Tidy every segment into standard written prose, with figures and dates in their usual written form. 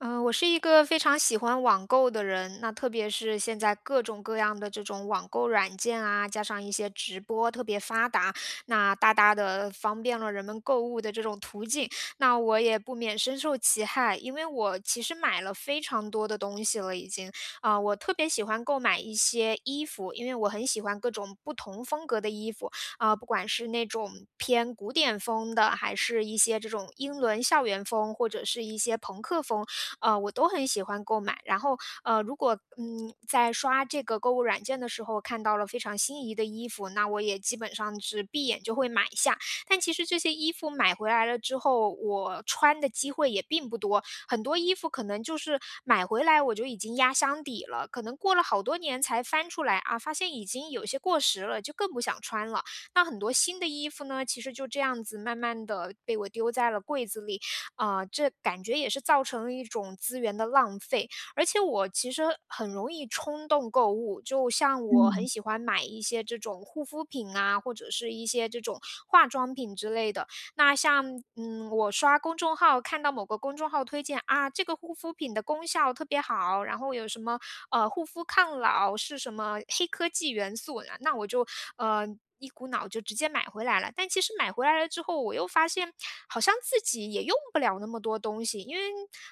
嗯，我是一个非常喜欢网购的人，那特别是现在各种各样的这种网购软件啊，加上一些直播特别发达，那大大的方便了人们购物的这种途径，那我也不免深受其害。因为我其实买了非常多的东西了已经，啊，我特别喜欢购买一些衣服，因为我很喜欢各种不同风格的衣服，啊，不管是那种偏古典风的，还是一些这种英伦校园风，或者是一些朋克风。我都很喜欢购买。然后，如果嗯在刷这个购物软件的时候看到了非常心仪的衣服，那我也基本上是闭眼就会买下。但其实这些衣服买回来了之后，我穿的机会也并不多，很多衣服可能就是买回来我就已经压箱底了，可能过了好多年才翻出来啊，发现已经有些过时了，就更不想穿了。那很多新的衣服呢，其实就这样子慢慢的被我丢在了柜子里，啊，这感觉也是造成了一种资源的浪费。而且我其实很容易冲动购物，就像我嗯，很喜欢买一些这种护肤品啊，或者是一些这种化妆品之类的。那像嗯，我刷公众号看到某个公众号推荐啊，这个护肤品的功效特别好，然后有什么护肤抗老是什么黑科技元素，呢？那我就呃。一股脑就直接买回来了，但其实买回来了之后，我又发现好像自己也用不了那么多东西，因为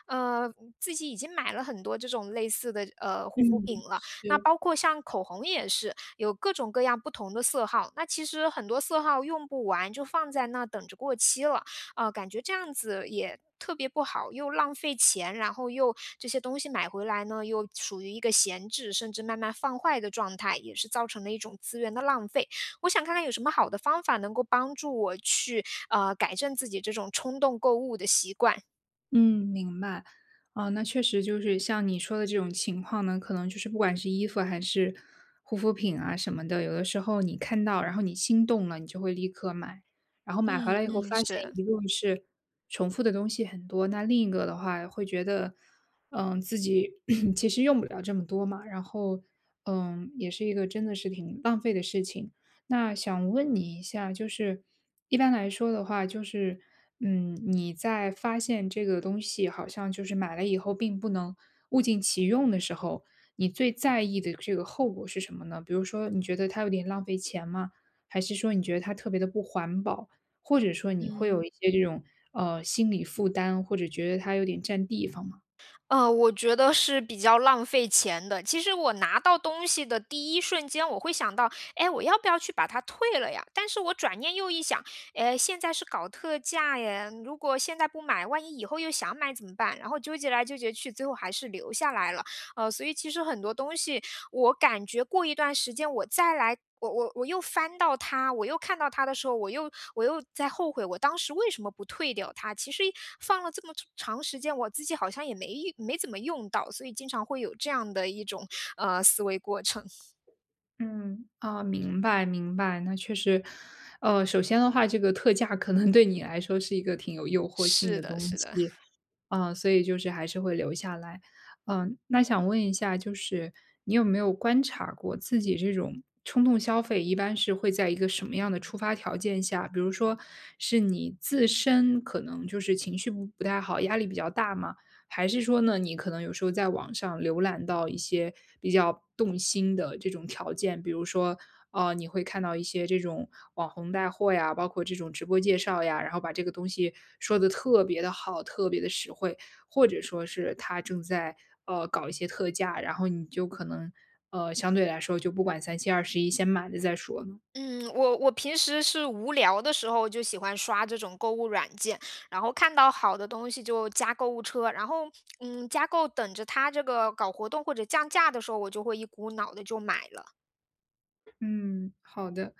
呃自己已经买了很多这种类似的护肤嗯，品了，那是，包括像口红也是，有各种各样不同的色号，那其实很多色号用不完就放在那等着过期了，啊，感觉这样子也特别不好，又浪费钱，然后又这些东西买回来呢，又属于一个闲置，甚至慢慢放坏的状态，也是造成了一种资源的浪费。我想看看有什么好的方法能够帮助我去，改正自己这种冲动购物的习惯。嗯，明白。啊，那确实就是像你说的这种情况呢，可能就是不管是衣服还是护肤品啊什么的，有的时候你看到，然后你心动了，你就会立刻买，然后买回嗯来以后嗯，发现是，一个是重复的东西很多，那另一个的话会觉得，自己 其实用不了这么多嘛，然后，也是一个真的是挺浪费的事情。那想问你一下，就是一般来说的话，就是。你在发现这个东西好像就是买了以后并不能物尽其用的时候，你最在意的这个后果是什么呢？比如说，你觉得它有点浪费钱吗？还是说你觉得它特别的不环保？或者说你会有嗯。一些这种心理负担，或者觉得它有点占地方吗？我觉得是比较浪费钱的。其实我拿到东西的第一瞬间，我会想到，哎，我要不要去把它退了呀？但是我转念又一想，哎，现在是搞特价耶，如果现在不买，万一以后又想买怎么办？然后纠结来纠结去，最后还是留下来了。所以其实很多东西，我感觉过一段时间我再来我我我又翻到它，我又看到它的时候，我又在后悔我当时为什么不退掉它。其实放了这么长时间，我自己好像也没怎么用到，所以经常会有这样的一种，思维过程。嗯啊，明白明白，那确实，首先的话，这个特价可能对你来说是一个挺有诱惑性是的的东是的。西，所以就是还是会留下来。那想问一下，就是你有没有观察过自己这种冲动消费一般是会在一个什么样的触发条件下？比如说是你自身可能就是情绪不太好，压力比较大吗？还是说呢，你可能有时候在网上浏览到一些比较动心的这种条件，比如说，你会看到一些这种网红带货呀，包括这种直播介绍呀，然后把这个东西说的特别的好，特别的实惠，或者说是他正在搞一些特价，然后你就可能相对来说就不管三七二十一，先买了再说呢？嗯，我平时是无聊的时候就喜欢刷这种购物软件，然后看到好的东西就加购物车，然后嗯，加购等着它这个搞活动或者降价的时候，我就会一股脑的就买了。嗯，好的，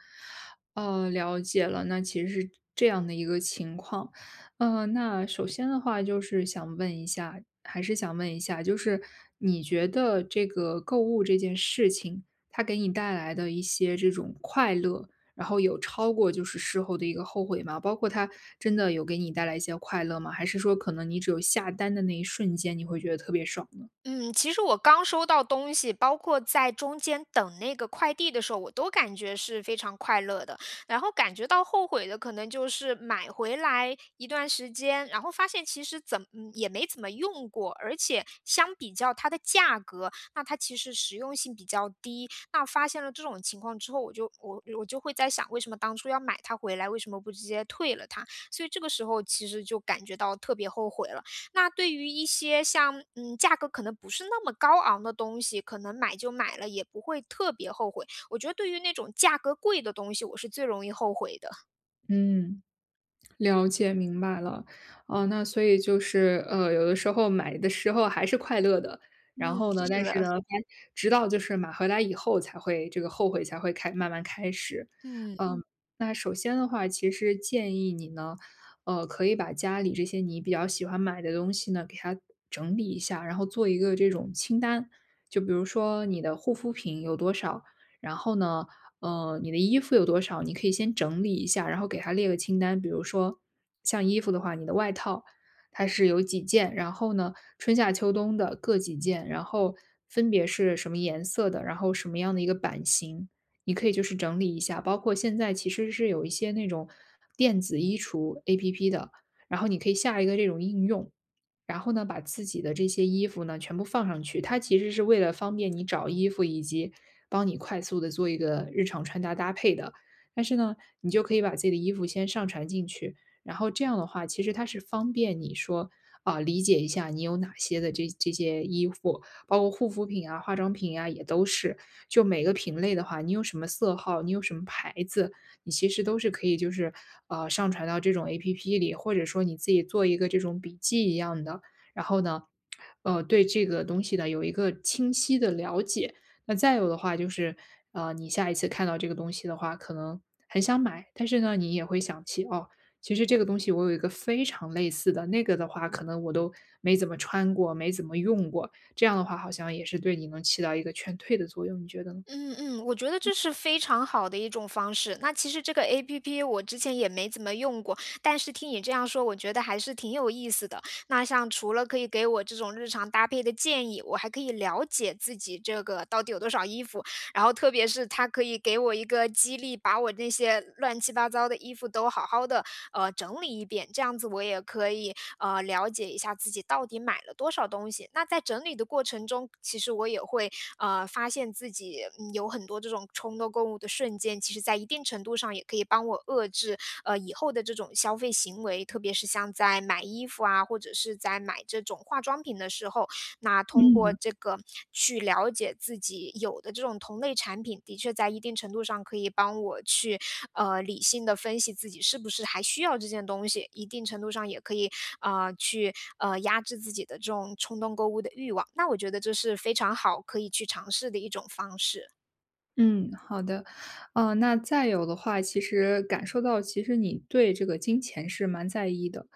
了解了。那其实是这样的一个情况，那首先的话就是想问一下，还是想问一下，就是你觉得这个购物这件事情，它给你带来的一些这种快乐，然后有超过就是事后的一个后悔吗？包括它真的有给你带来一些快乐吗？还是说可能你只有下单的那一瞬间，你会觉得特别爽呢？嗯，其实我刚收到东西，包括在中间等那个快递的时候，我都感觉是非常快乐的。然后感觉到后悔的，可能就是买回来一段时间，然后发现其实怎么也没怎么用过，而且相比较它的价格，那它其实实用性比较低。那发现了这种情况之后，我就会在想，为什么当初要买它回来，为什么不直接退了它？所以这个时候其实就感觉到特别后悔了。那对于一些像嗯，价格可能不是那么高昂的东西，可能买就买了，也不会特别后悔。我觉得对于那种价格贵的东西，我是最容易后悔的。嗯。了解，明白了。哦，那所以就是，有的时候买的时候还是快乐的，然嗯，后呢，是但是的，呢，直到就是买回来以后才会这个后悔才会慢慢开始。嗯。嗯嗯。那首先的话，其实建议你呢，可以把家里这些你比较喜欢买的东西呢，给它整理一下，然后做一个这种清单。就比如说你的护肤品有多少，然后呢，你的衣服有多少，你可以先整理一下，然后给它列个清单。比如说，像衣服的话，你的外套它是有几件，然后呢，春夏秋冬的各几件，然后分别是什么颜色的，然后什么样的一个版型，你可以就是整理一下。包括现在其实是有一些那种电子衣橱 APP 的，然后你可以下一个这种应用，然后呢，把自己的这些衣服呢全部放上去。它其实是为了方便你找衣服，以及帮你快速的做一个日常穿搭搭配的。但是呢，你就可以把自己的衣服先上传进去，然后这样的话，其实它是方便你说，啊，理解一下你有哪些的这些衣服，包括护肤品啊、化妆品啊也都是。就每个品类的话，你有什么色号，你有什么牌子，你其实都是可以就是，上传到这种 APP 里，或者说你自己做一个这种笔记一样的，然后呢，对这个东西呢有一个清晰的了解。那再有的话就是，你下一次看到这个东西的话，可能很想买，但是呢，你也会想起，哦，其实这个东西我有一个非常类似的，那个的话可能我都没怎么穿过，没怎么用过，这样的话好像也是对你能起到一个劝退的作用，你觉得呢？嗯嗯，我觉得这是非常好的一种方式。那其实这个 APP 我之前也没怎么用过，但是听你这样说，我觉得还是挺有意思的。那像除了可以给我这种日常搭配的建议，我还可以了解自己这个到底有多少衣服，然后特别是它可以给我一个激励，把我那些乱七八糟的衣服都好好的整理一遍，这样子我也可以，了解一下自己到底买了多少东西。那在整理的过程中，其实我也会，发现自己，嗯有很多这种冲动购物的瞬间，其实在一定程度上也可以帮我遏制，以后的这种消费行为，特别是像在买衣服啊，或者是在买这种化妆品的时候，那通过这个去了解自己有的这种同类产品，的确在一定程度上可以帮我去，理性的分析自己是不是还需要这件东西，一定程度上也可以，去压制自己的这种冲动购物的欲望，那我觉得这是非常好，可以去尝试的一种方式。嗯，好的。那再有的话，其实感受到其实你对这个金钱是蛮在意的。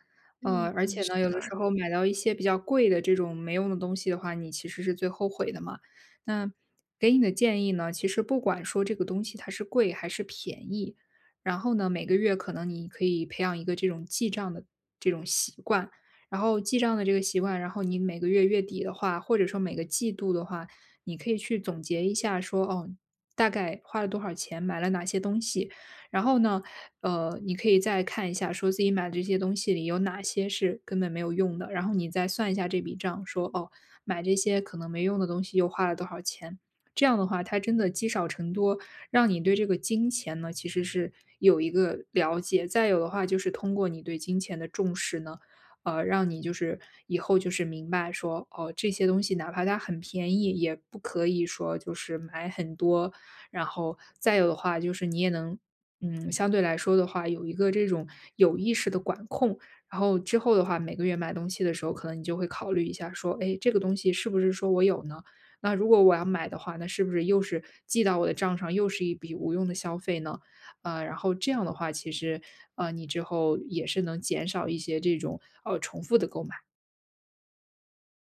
嗯呃，而嗯，且是呢，有的时的。候买到一些比较贵的这种没用的东西的话，你其实是最后悔的嘛。那给你的建议呢，其实不管说这个东西它是贵还是便宜，然后呢，每个月可能你可以培养一个这种记账的这种习惯，然后记账的这个习惯，然后你每个月月底的话，或者说每个季度的话，你可以去总结一下说，哦，大概花了多少钱，买了哪些东西。然后呢，你可以再看一下，说自己买的这些东西里有哪些是根本没有用的，然后你再算一下这笔账，说哦，买这些可能没用的东西又花了多少钱。这样的话，它真的积少成多，让你对这个金钱呢，其实是有一个了解。再有的话，就是通过你对金钱的重视呢，让你就是以后就是明白说，哦，这些东西哪怕它很便宜，也不可以说就是买很多，然后再有的话就是你也能，相对来说的话，有一个这种有意识的管控。然后之后的话，每个月买东西的时候，可能你就会考虑一下说，哎，这个东西是不是说我有呢？那如果我要买的话，那是不是又是记到我的账上，又是一笔无用的消费呢？然后这样的话，其实，你之后也是能减少一些这种，重复的购买。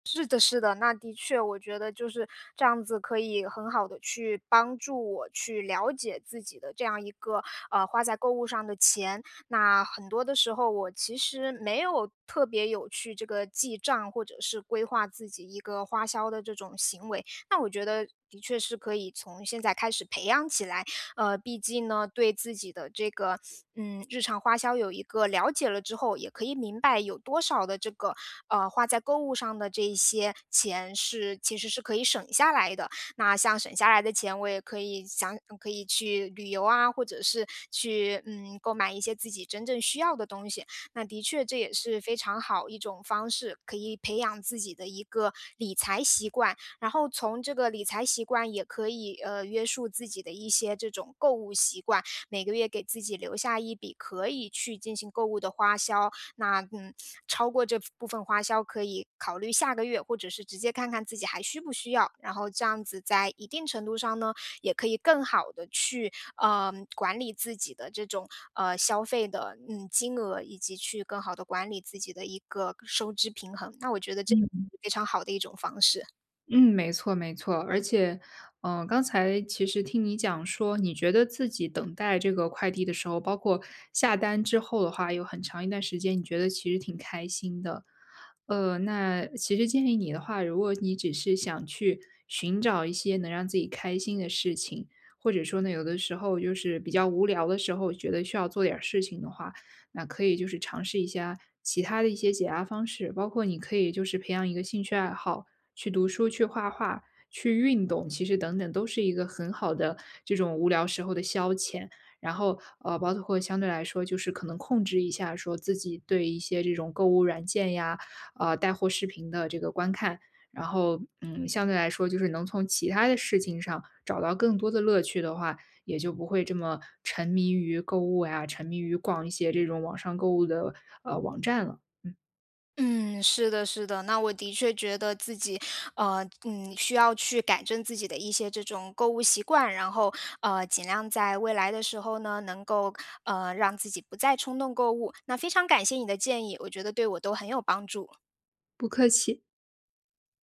是的，是的，那的确，我觉得就是这样子，可以很好的去帮助我去了解自己的这样一个花在购物上的钱。那很多的时候，我其实没有特别有去这个记账或者是规划自己一个花销的这种行为。那我觉得的确是可以从现在开始培养起来。毕竟呢，对自己的这个，嗯，日常花销有一个了解了之后，也可以明白有多少的这个，花在购物上的这一些钱是其实是可以省下来的。那像省下来的钱，我也可以想可以去旅游啊，或者是去，嗯，购买一些自己真正需要的东西。那的确这也是非常好一种方式，可以培养自己的一个理财习惯。然后从这个理财习惯也可以约束自己的一些这种购物习惯，每个月给自己留下一笔可以去进行购物的花销。那嗯，超过这部分花销可以考虑下个月，或者是直接看看自己还需不需要。然后这样子在一定程度上呢，也可以更好的去管理自己的这种消费的金额，以及去更好的管理自己的一个收支平衡。那我觉得这是非常好的一种方式。嗯，没错没错。而且，刚才其实听你讲说，你觉得自己等待这个快递的时候，包括下单之后的话，有很长一段时间，你觉得其实挺开心的。那其实建议你的话，如果你只是想去寻找一些能让自己开心的事情，或者说呢，有的时候就是比较无聊的时候，觉得需要做点儿事情的话，那可以就是尝试一下其他的一些解压方式，包括你可以就是培养一个兴趣爱好。去读书、去画画、去运动，其实等等都是一个很好的这种无聊时候的消遣。然后，包括相对来说，就是可能控制一下说自己对一些这种购物软件呀，带货视频的这个观看。然后，相对来说，就是能从其他的事情上找到更多的乐趣的话，也就不会这么沉迷于购物呀，沉迷于逛一些这种网上购物的网站了。嗯，是的，是的。那我的确觉得自己，需要去改正自己的一些这种购物习惯，然后，尽量在未来的时候呢，能够，让自己不再冲动购物。那非常感谢你的建议，我觉得对我都很有帮助。不客气。